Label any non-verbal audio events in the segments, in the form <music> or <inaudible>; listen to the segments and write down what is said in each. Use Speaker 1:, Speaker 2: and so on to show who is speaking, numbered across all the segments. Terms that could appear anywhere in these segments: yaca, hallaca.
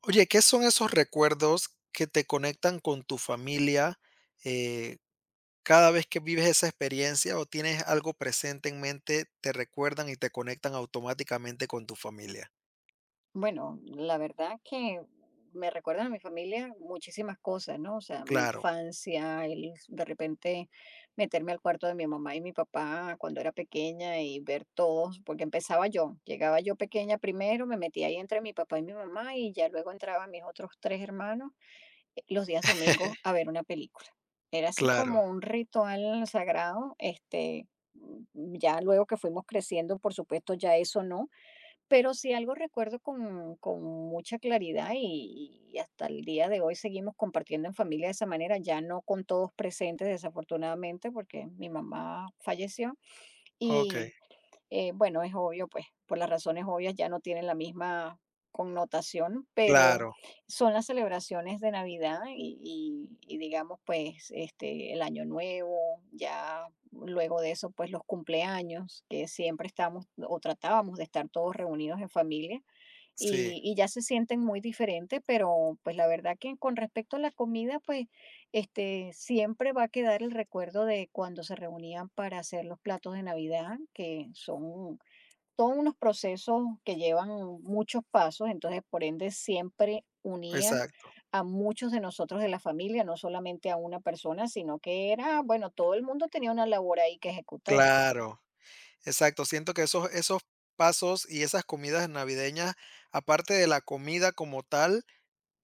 Speaker 1: Oye, ¿qué son esos recuerdos que te conectan con tu familia, eh, cada vez que vives esa experiencia o tienes algo presente en mente, te recuerdan y te conectan automáticamente con tu familia?
Speaker 2: Bueno, la verdad que me recuerdan a mi familia muchísimas cosas, ¿no? O sea, mi
Speaker 1: Claro.
Speaker 2: infancia, el de repente meterme al cuarto de mi mamá y mi papá cuando era pequeña y ver todos, porque empezaba yo, llegaba yo pequeña primero, me metía ahí entre mi papá y mi mamá y ya luego entraban mis otros 3 hermanos los días
Speaker 1: <laughs>
Speaker 2: domingos a ver una película. Era así
Speaker 1: Claro,
Speaker 2: como un ritual sagrado, ya luego que fuimos creciendo, por supuesto, ya eso no, pero sí algo recuerdo con mucha claridad y hasta el día de hoy seguimos compartiendo en familia de esa manera, ya no con todos presentes, desafortunadamente, porque mi mamá falleció, y
Speaker 1: okey,
Speaker 2: bueno, es obvio, pues por las razones obvias ya no tienen la misma connotación, pero
Speaker 1: claro,
Speaker 2: son las celebraciones de Navidad y, y digamos, pues, el Año Nuevo, ya luego de eso, pues los cumpleaños, que siempre estamos o tratábamos de estar todos reunidos en familia
Speaker 1: sí,
Speaker 2: y ya se sienten muy diferentes. Pero pues la verdad que, con respecto a la comida, pues siempre va a quedar el recuerdo de cuando se reunían para hacer los platos de Navidad, que son todos unos procesos que llevan muchos pasos. Entonces, por ende, siempre unía
Speaker 1: exacto,
Speaker 2: a muchos de nosotros de la familia, no solamente a una persona, sino que era, bueno, todo el mundo tenía una labor ahí que ejecutar.
Speaker 1: claro, exacto. Siento que esos pasos y esas comidas navideñas, aparte de la comida como tal,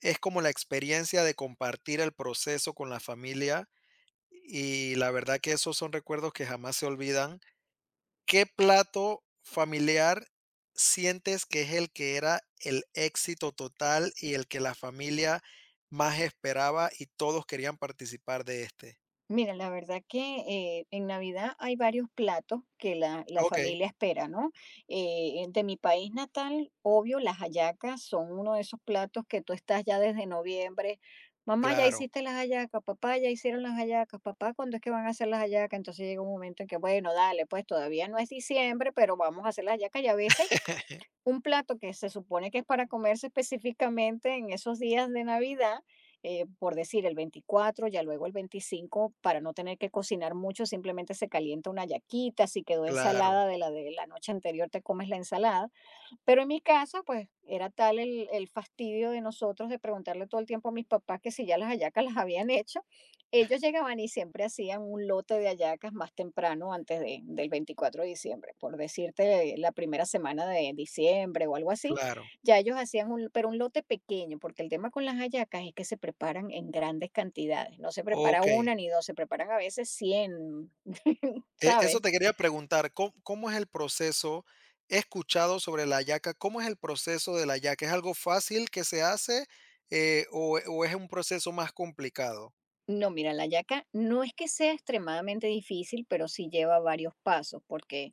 Speaker 1: es como la experiencia de compartir el proceso con la familia. Y la verdad que esos son recuerdos que jamás se olvidan. ¿Qué plato familiar sientes que es el que era el éxito total y el que la familia más esperaba y todos querían participar de este?
Speaker 2: Mira, la verdad que en Navidad hay varios platos que la
Speaker 1: Okey,
Speaker 2: familia espera, ¿no? De mi país natal, obvio, las hallacas son uno de esos platos que tú estás ya desde noviembre. Mamá, ya
Speaker 1: claro,
Speaker 2: hiciste las hallacas, papá, ya hicieron las hallacas, papá, ¿cuándo es que van a hacer las hallacas? Entonces llega un momento en que, bueno, dale, pues todavía no es diciembre, pero vamos a hacer las hallacas. Y a veces
Speaker 1: <laughs>
Speaker 2: un plato que se supone que es para comerse específicamente en esos días de Navidad, por decir el 24, ya luego el 25, para no tener que cocinar mucho, simplemente se calienta una yaquita. Si quedó
Speaker 1: claro,
Speaker 2: ensalada de la noche anterior, te comes la ensalada. Pero en mi casa, pues, era tal el fastidio de nosotros de preguntarle todo el tiempo a mis papás que si ya las hallacas las habían hecho. Ellos llegaban y siempre hacían un lote de hallacas más temprano, del 24 de diciembre, por decirte la primera semana de diciembre o algo así.
Speaker 1: claro.
Speaker 2: Ya ellos hacían un, pero un lote pequeño, porque el tema con las hallacas es que se preparan en grandes cantidades. No se prepara una
Speaker 1: Okey. <laughs>
Speaker 2: ni dos, se preparan a veces 100, <laughs>
Speaker 1: Eso
Speaker 2: ¿sabes?
Speaker 1: te quería preguntar, ¿có cómo es el proceso? He escuchado sobre la hallaca, ¿cómo es el proceso de la hallaca? ¿Es algo fácil que se hace, o es un proceso más complicado?
Speaker 2: No, mira, la yaca no es que sea extremadamente difícil, pero sí lleva varios pasos, porque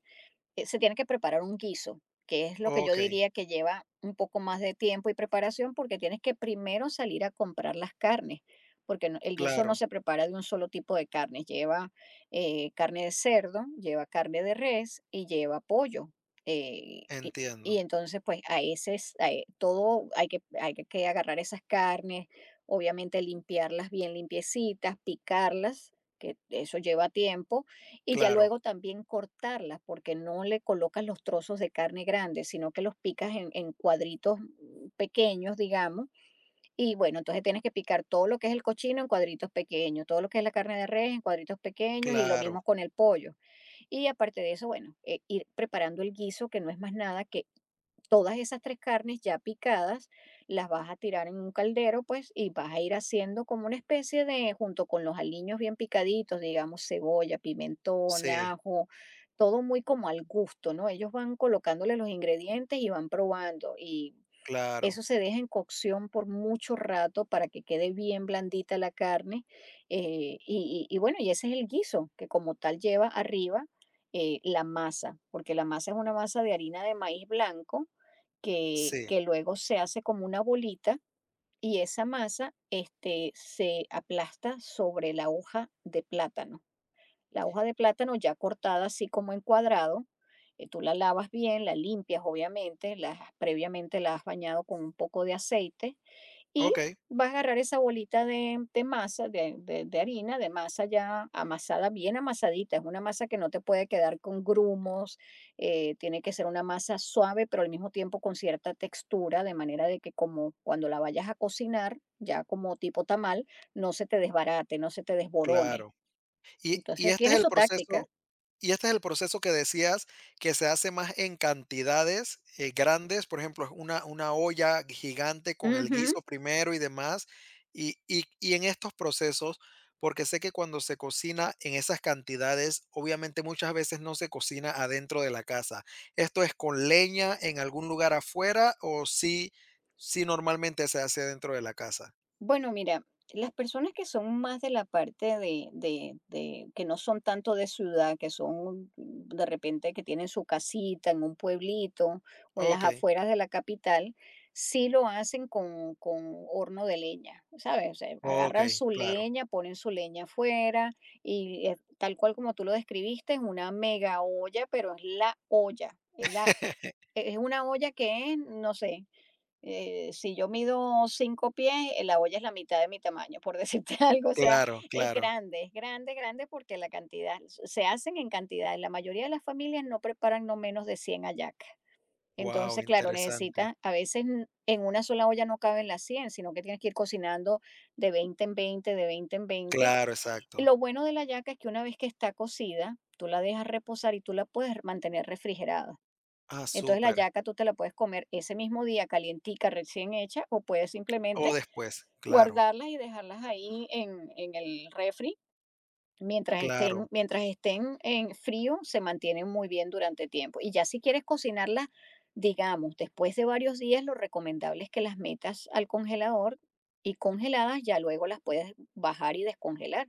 Speaker 2: se tiene que preparar un guiso, que es lo que yo
Speaker 1: Okey,
Speaker 2: diría que lleva un poco más de tiempo y preparación, porque tienes que primero salir a comprar las carnes, porque el guiso no
Speaker 1: claro,
Speaker 2: se prepara de un solo tipo de carne, lleva carne de cerdo, lleva carne de res y lleva pollo. eh, y, y
Speaker 1: entiendo.
Speaker 2: entonces, pues a ese es- a e- todo hay que, que agarrar esas carnes, obviamente limpiarlas bien limpiecitas, picarlas, que eso lleva tiempo, y ya
Speaker 1: Claro,
Speaker 2: luego también cortarlas, porque no le colocas los trozos de carne grandes, sino que los picas en cuadritos pequeños, digamos. Y bueno, entonces tienes que picar todo lo que es el cochino en cuadritos pequeños, todo lo que es la carne de res en cuadritos pequeños y lo
Speaker 1: claro,
Speaker 2: mismo con el pollo. Y aparte de eso, bueno, ir preparando el guiso, que no es más nada que todas esas 3 carnes ya picadas, las vas a tirar en un caldero, pues, y vas a ir haciendo como una especie de, junto con los aliños bien picaditos, digamos, cebolla, pimentón,
Speaker 1: sí,
Speaker 2: ajo, todo muy como al gusto, ¿no? Ellos van colocándole los ingredientes y van probando, y eso
Speaker 1: claro,
Speaker 2: se deja en cocción por mucho rato para que quede bien blandita la carne. Bueno, y ese es el guiso, que como tal lleva arriba, la masa, porque la masa es una masa de harina de maíz blanco,
Speaker 1: sí,
Speaker 2: que luego se hace como una bolita, y esa masa, se aplasta sobre la hoja de plátano. La hoja de plátano ya cortada así como en cuadrado, tú la lavas bien, la limpias obviamente, previamente la has bañado con un poco de aceite, y
Speaker 1: okey,
Speaker 2: vas a agarrar esa bolita de masa, de harina, de masa ya amasada, bien amasadita. Es una masa que no te puede quedar con grumos, tiene que ser una masa suave, pero al mismo tiempo con cierta textura, de manera de que, como cuando la vayas a cocinar, ya como tipo tamal, no se te desbarate, no se te desborone.
Speaker 1: claro. Y
Speaker 2: Entonces
Speaker 1: este es
Speaker 2: tiene
Speaker 1: el
Speaker 2: su táctica.
Speaker 1: proceso. Y este es el proceso que decías que se hace más en cantidades, grandes, por ejemplo, una olla gigante con el
Speaker 2: Ujú.
Speaker 1: guiso primero y demás. Y en estos procesos, porque sé que cuando se cocina en esas cantidades, obviamente muchas veces no se cocina adentro de la casa. ¿Esto es con leña en algún lugar afuera o sí, sí normalmente se hace dentro de la casa?
Speaker 2: Bueno, mira, las personas que son más de la parte de, que no son tanto de ciudad, que son de repente que tienen su casita en un pueblito o en las
Speaker 1: Ok,
Speaker 2: afueras de la capital, sí lo hacen con horno de leña, ¿sabes? O sea,
Speaker 1: ok,
Speaker 2: agarran su
Speaker 1: claro.
Speaker 2: leña, ponen su leña afuera, y tal cual como tú lo describiste, es una mega olla. Pero es la olla,
Speaker 1: <laughs>
Speaker 2: es una olla que es, no sé. Si yo mido 5 pies, la olla es la mitad de mi tamaño, por decirte <laughs> algo. O sea,
Speaker 1: Claro, claro.
Speaker 2: es grande, grande, porque la cantidad, se hacen en cantidades. La mayoría de las familias no preparan no menos de 100 hallacas.
Speaker 1: Wow,
Speaker 2: Entonces, claro,
Speaker 1: interesante.
Speaker 2: necesitas, a veces en una sola olla no caben las 100, sino que tienes que ir cocinando de 20 en 20, de 20 en 20.
Speaker 1: Claro,
Speaker 2: Y
Speaker 1: exacto.
Speaker 2: lo bueno de la hallaca es que una vez que está cocida, tú la dejas reposar y tú la puedes mantener refrigerada.
Speaker 1: Ah,
Speaker 2: Entonces la
Speaker 1: súper.
Speaker 2: yaca tú te la puedes comer ese mismo día, calientica, recién hecha, o puedes simplemente
Speaker 1: O después, claro,
Speaker 2: guardarlas y dejarlas ahí en el refri.
Speaker 1: claro,
Speaker 2: Mientras estén en frío, se mantienen muy bien durante tiempo. Y ya, si quieres cocinarlas, digamos, después de varios días, lo recomendable es que las metas al congelador, y congeladas ya luego las puedes bajar y descongelar.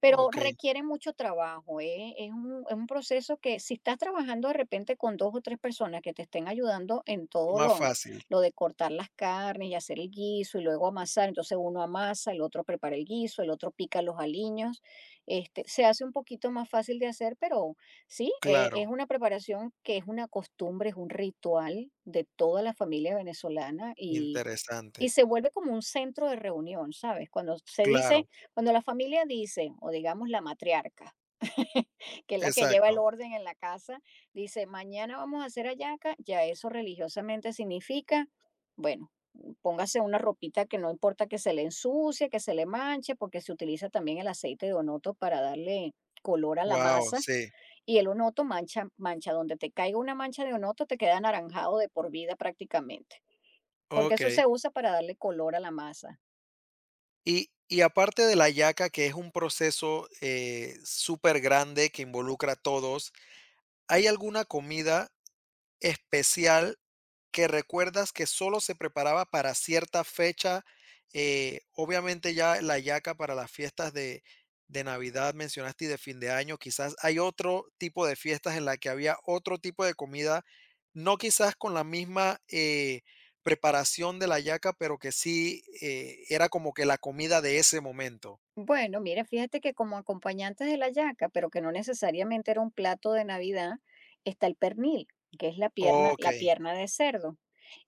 Speaker 2: Pero
Speaker 1: okey,
Speaker 2: requiere mucho trabajo, ¿eh? Es un proceso que, si estás trabajando de repente con 2 o 3 personas que te estén ayudando en todo
Speaker 1: más fácil,
Speaker 2: lo de cortar las carnes y hacer el guiso y luego amasar, entonces uno amasa, el otro prepara el guiso, el otro pica los aliños, se hace un poquito más fácil de hacer. Pero sí,
Speaker 1: claro,
Speaker 2: es una preparación que es una costumbre, es un ritual de toda la familia venezolana, y
Speaker 1: interesante,
Speaker 2: se vuelve como un centro de reunión, ¿sabes?
Speaker 1: claro,
Speaker 2: Cuando la familia dice, o digamos la matriarca, <laughs> que es la que lleva el
Speaker 1: exacto,
Speaker 2: orden en la casa, dice, mañana vamos a hacer hallaca. Ya eso religiosamente significa, bueno, póngase una ropita que no importa que se le ensucie, que se le manche, porque se utiliza también el aceite de onoto para darle color a la
Speaker 1: wow,
Speaker 2: masa.
Speaker 1: sí,
Speaker 2: Y el onoto mancha, mancha. Donde te caiga una mancha de onoto te queda anaranjado de por vida prácticamente, porque eso
Speaker 1: okey.
Speaker 2: se usa para darle color a la masa.
Speaker 1: Y aparte de la yaca, que es un proceso, súper grande que involucra a todos, ¿hay alguna comida especial que recuerdas que solo se preparaba para cierta fecha? Eh, obviamente ya la yaca para las fiestas de Navidad mencionaste y de fin de año. Quizás hay otro tipo de fiestas en la que había otro tipo de comida, no quizás con la misma preparación de la yaca, pero que sí era como que la comida de ese momento.
Speaker 2: Bueno, mira, fíjate que como acompañantes de la yaca, pero que no necesariamente era un plato de Navidad, está el pernil, que es
Speaker 1: Ok,
Speaker 2: la pierna de cerdo.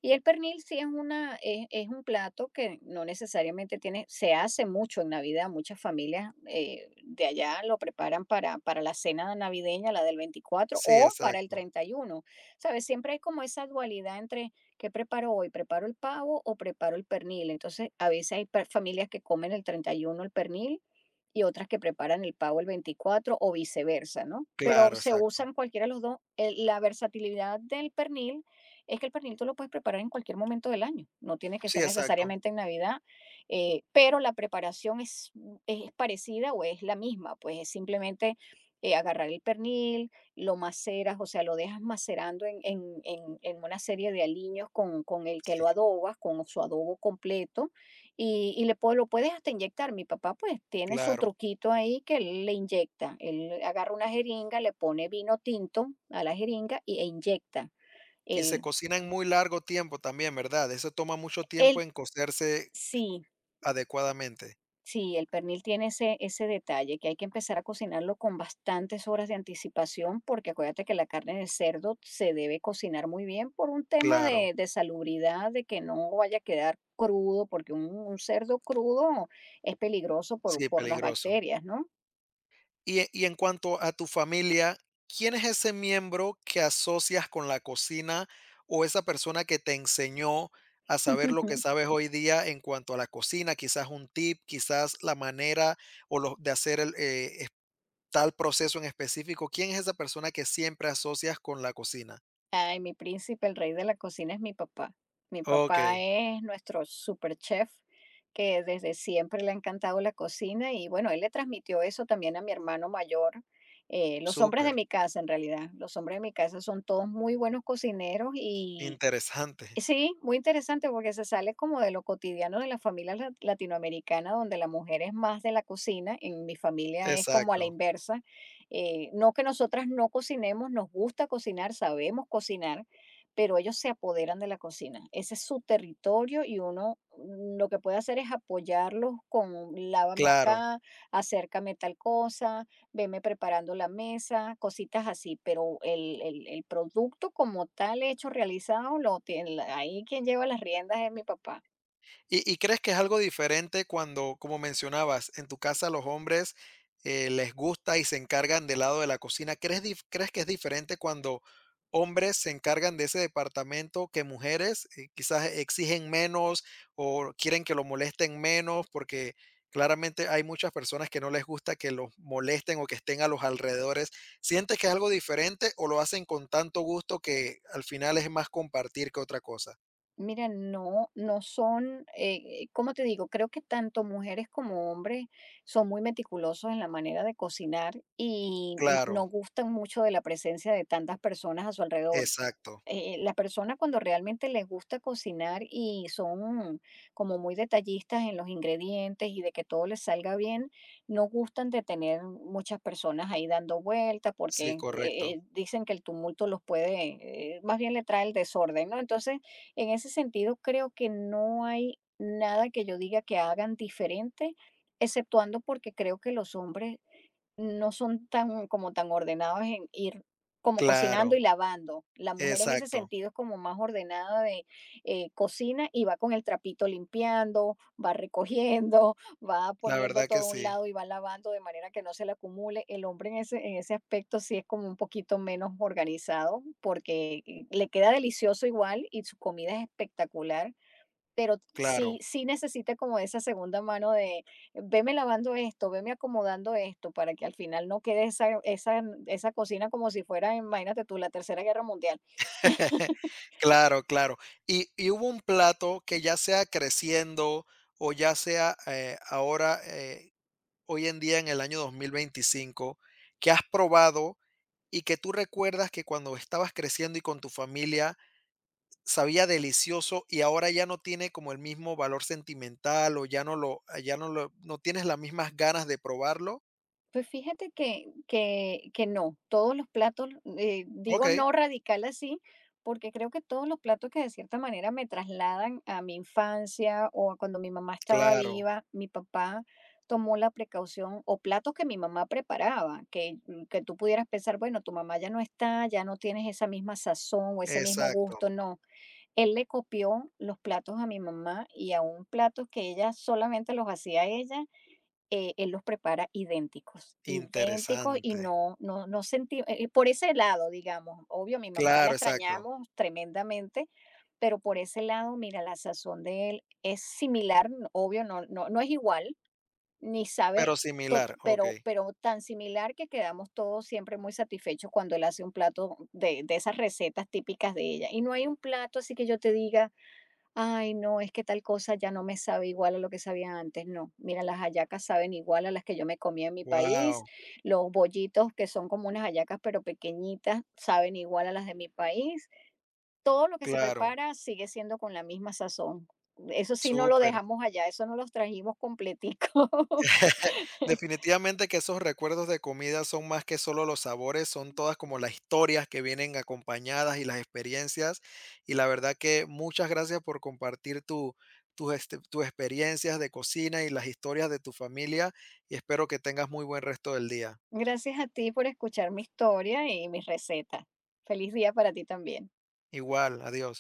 Speaker 2: Y el pernil sí es una, es un plato que no necesariamente tiene, se hace mucho en Navidad. Muchas familias, de allá lo preparan para la cena navideña, la del 24,
Speaker 1: sí,
Speaker 2: o para el
Speaker 1: exacto.
Speaker 2: treinta y uno ¿Sabes? Siempre hay como esa dualidad entre, ¿qué preparo hoy? ¿Preparo el pavo o preparo el pernil? Entonces, a veces hay per familias que comen el 31 el pernil, y otras que preparan el pavo el 24, o viceversa, ¿no? Pero
Speaker 1: Claro,
Speaker 2: se
Speaker 1: exacto.
Speaker 2: usan cualquiera de los dos. La versatilidad del pernil es que el pernil tú lo puedes preparar en cualquier momento del año, no tiene que ser
Speaker 1: Sí, exacto.
Speaker 2: necesariamente en Navidad, pero la preparación es, es parecida o es la misma, pues es simplemente agarrar el pernil, lo maceras, o sea, lo dejas macerando en, en una serie de aliños con el que
Speaker 1: Sí,
Speaker 2: lo adobas, con su adobo completo, y, lo puedes hasta inyectar. Mi papá pues tiene su
Speaker 1: claro.
Speaker 2: truquito ahí que él le inyecta, él agarra una jeringa, le pone vino tinto a la jeringa y, e inyecta
Speaker 1: Y se
Speaker 2: el,
Speaker 1: cocina en muy largo tiempo también, ¿verdad? Eso toma mucho tiempo
Speaker 2: El
Speaker 1: en cocerse
Speaker 2: sí,
Speaker 1: adecuadamente.
Speaker 2: sí, el pernil tiene ese ese detalle, que hay que empezar a cocinarlo con bastantes horas de anticipación, porque acuérdate que la carne de cerdo se debe cocinar muy bien por un tema
Speaker 1: Claro,
Speaker 2: de salubridad, de que no vaya a quedar crudo, porque un cerdo crudo es peligroso
Speaker 1: sí,
Speaker 2: por las
Speaker 1: peligroso.
Speaker 2: bacterias, ¿no?
Speaker 1: Y, y en cuanto a tu familia, ¿quién es ese miembro que asocias con la cocina o esa persona que te enseñó a saber lo que
Speaker 2: <laughs>
Speaker 1: sabes hoy día en cuanto a la cocina? Quizás un tip, quizás la manera de hacer el, tal proceso en específico. ¿Quién es esa persona que siempre asocias con la cocina?
Speaker 2: Ay, mi príncipe, el rey de la cocina es mi papá. Mi
Speaker 1: Ok,
Speaker 2: papá es nuestro super chef, que desde siempre le ha encantado la cocina y bueno, él le transmitió eso también a mi hermano mayor. Los hombres
Speaker 1: súper
Speaker 2: de mi casa, en realidad, los hombres de mi casa son todos muy buenos cocineros y
Speaker 1: interesante.
Speaker 2: sí, muy interesante porque se sale como de lo cotidiano de las familias latinoamericanas, donde la mujer es más de la cocina. En mi familia es como a la
Speaker 1: Exacto,
Speaker 2: inversa. No que nosotras no cocinemos, nos gusta cocinar, sabemos cocinar, pero ellos se apoderan de la cocina. Ese es su territorio y uno lo que puede hacer es apoyarlos con lávame
Speaker 1: claro.
Speaker 2: acá, acércame tal cosa, veme preparando la mesa, cositas así, pero el, el producto como tal hecho, realizado, lo tiene, la- ahí quien lleva las riendas es mi papá.
Speaker 1: Y crees que es algo diferente cuando, como mencionabas, en tu casa los hombres, les gusta y se encargan del lado de la cocina? Crees que es diferente cuando hombres se encargan de ese departamento que mujeres, quizás exigen menos o quieren que lo molesten menos? Porque claramente hay muchas personas que no les gusta que los molesten o que estén a los alrededores. ¿Sientes que es algo diferente o lo hacen con tanto gusto que al final es más compartir que otra cosa?
Speaker 2: Mira, no, no son, ¿cómo te digo? Creo que tanto mujeres como hombres son muy meticulosos en la manera de cocinar y no
Speaker 1: Claro.
Speaker 2: gustan mucho de la presencia de tantas personas a su alrededor.
Speaker 1: Exacto.
Speaker 2: La persona cuando realmente les gusta cocinar y son como muy detallistas en los ingredientes y de que todo les salga bien, no gustan de tener muchas personas ahí dando vueltas
Speaker 1: Sí,
Speaker 2: porque
Speaker 1: correcto.
Speaker 2: dicen que el tumulto los puede, más bien le trae el desorden, ¿no? Entonces, en ese sentido, creo que no hay nada que yo diga que hagan diferente, exceptuando porque creo que los hombres no son tan como tan ordenados en ir como cocinando y
Speaker 1: Claro,
Speaker 2: lavando. La mujer en ese
Speaker 1: exacto.
Speaker 2: sentido es como más ordenada de cocina y va con el trapito limpiando, va recogiendo, <laughs> va
Speaker 1: La
Speaker 2: poniendo
Speaker 1: verdad que
Speaker 2: todo a un
Speaker 1: sí,
Speaker 2: lado y va lavando de manera que no se le acumule. El hombre en ese aspecto sí es como un poquito menos organizado porque le queda delicioso igual y su comida es espectacular, pero sí
Speaker 1: claro.
Speaker 2: sí necesita como esa segunda mano de veme lavando esto, veme acomodando esto, para que al final no quede esa esa cocina como si fuera, imagínate tú, la Tercera Guerra Mundial. <laughs>
Speaker 1: <laughs> Claro, claro. Y hubo un plato que ya sea creciendo o ya sea, ahora, hoy en día en el año 2025 que has probado y que tú recuerdas que cuando estabas creciendo y con tu familia sabía delicioso y ahora ya no tiene como el mismo valor sentimental o ya no lo no tienes las mismas ganas de probarlo.
Speaker 2: Pues fíjate que que no, todos los platos, digo
Speaker 1: Okey.
Speaker 2: no radical así, porque creo que todos los platos que de cierta manera me trasladan a mi infancia o a cuando mi mamá estaba
Speaker 1: Claro,
Speaker 2: viva, mi papá tomó la precaución o platos que mi mamá preparaba, que que tú pudieras pensar, bueno, tu mamá ya no está, ya no tienes esa misma sazón o ese mismo
Speaker 1: exacto,
Speaker 2: gusto, no. Él le copió los platos a mi mamá y a un plato que ella solamente los hacía ella, él los prepara idénticos, idénticos y
Speaker 1: interesante.
Speaker 2: no, no, no sentí, por ese lado, digamos, obvio, mi mamá la
Speaker 1: Claro, exacto,
Speaker 2: extrañamos tremendamente, pero por ese lado, mira, la sazón de él es similar, obvio, no, no, no es igual, ni sabe,
Speaker 1: pero similar, okey.
Speaker 2: pero tan similar que quedamos todos siempre muy satisfechos cuando él hace un plato de esas recetas típicas de ella. Y no hay un plato así que yo te diga, ay, no, es que tal cosa ya no me sabe igual a lo que sabía antes, no. Mira, las hallacas saben igual a las que yo me comía en mi país,
Speaker 1: Wow.
Speaker 2: los bollitos que son como unas hallacas pero pequeñitas saben igual a las de mi país. Todo lo que se
Speaker 1: Claro,
Speaker 2: prepara sigue siendo con la misma sazón. Eso sí no lo
Speaker 1: súper.
Speaker 2: dejamos allá, eso no los trajimos completico.
Speaker 1: <laughs>
Speaker 2: <laughs>
Speaker 1: Definitivamente que esos recuerdos de comida son más que solo los sabores, son todas como las historias que vienen acompañadas y las experiencias, y la verdad que muchas gracias por compartir tu tus tus experiencias de cocina y las historias de tu familia, y espero que tengas muy buen resto del día.
Speaker 2: Gracias a ti por escuchar mi historia y mis recetas. Feliz día para ti también.
Speaker 1: Igual, adiós.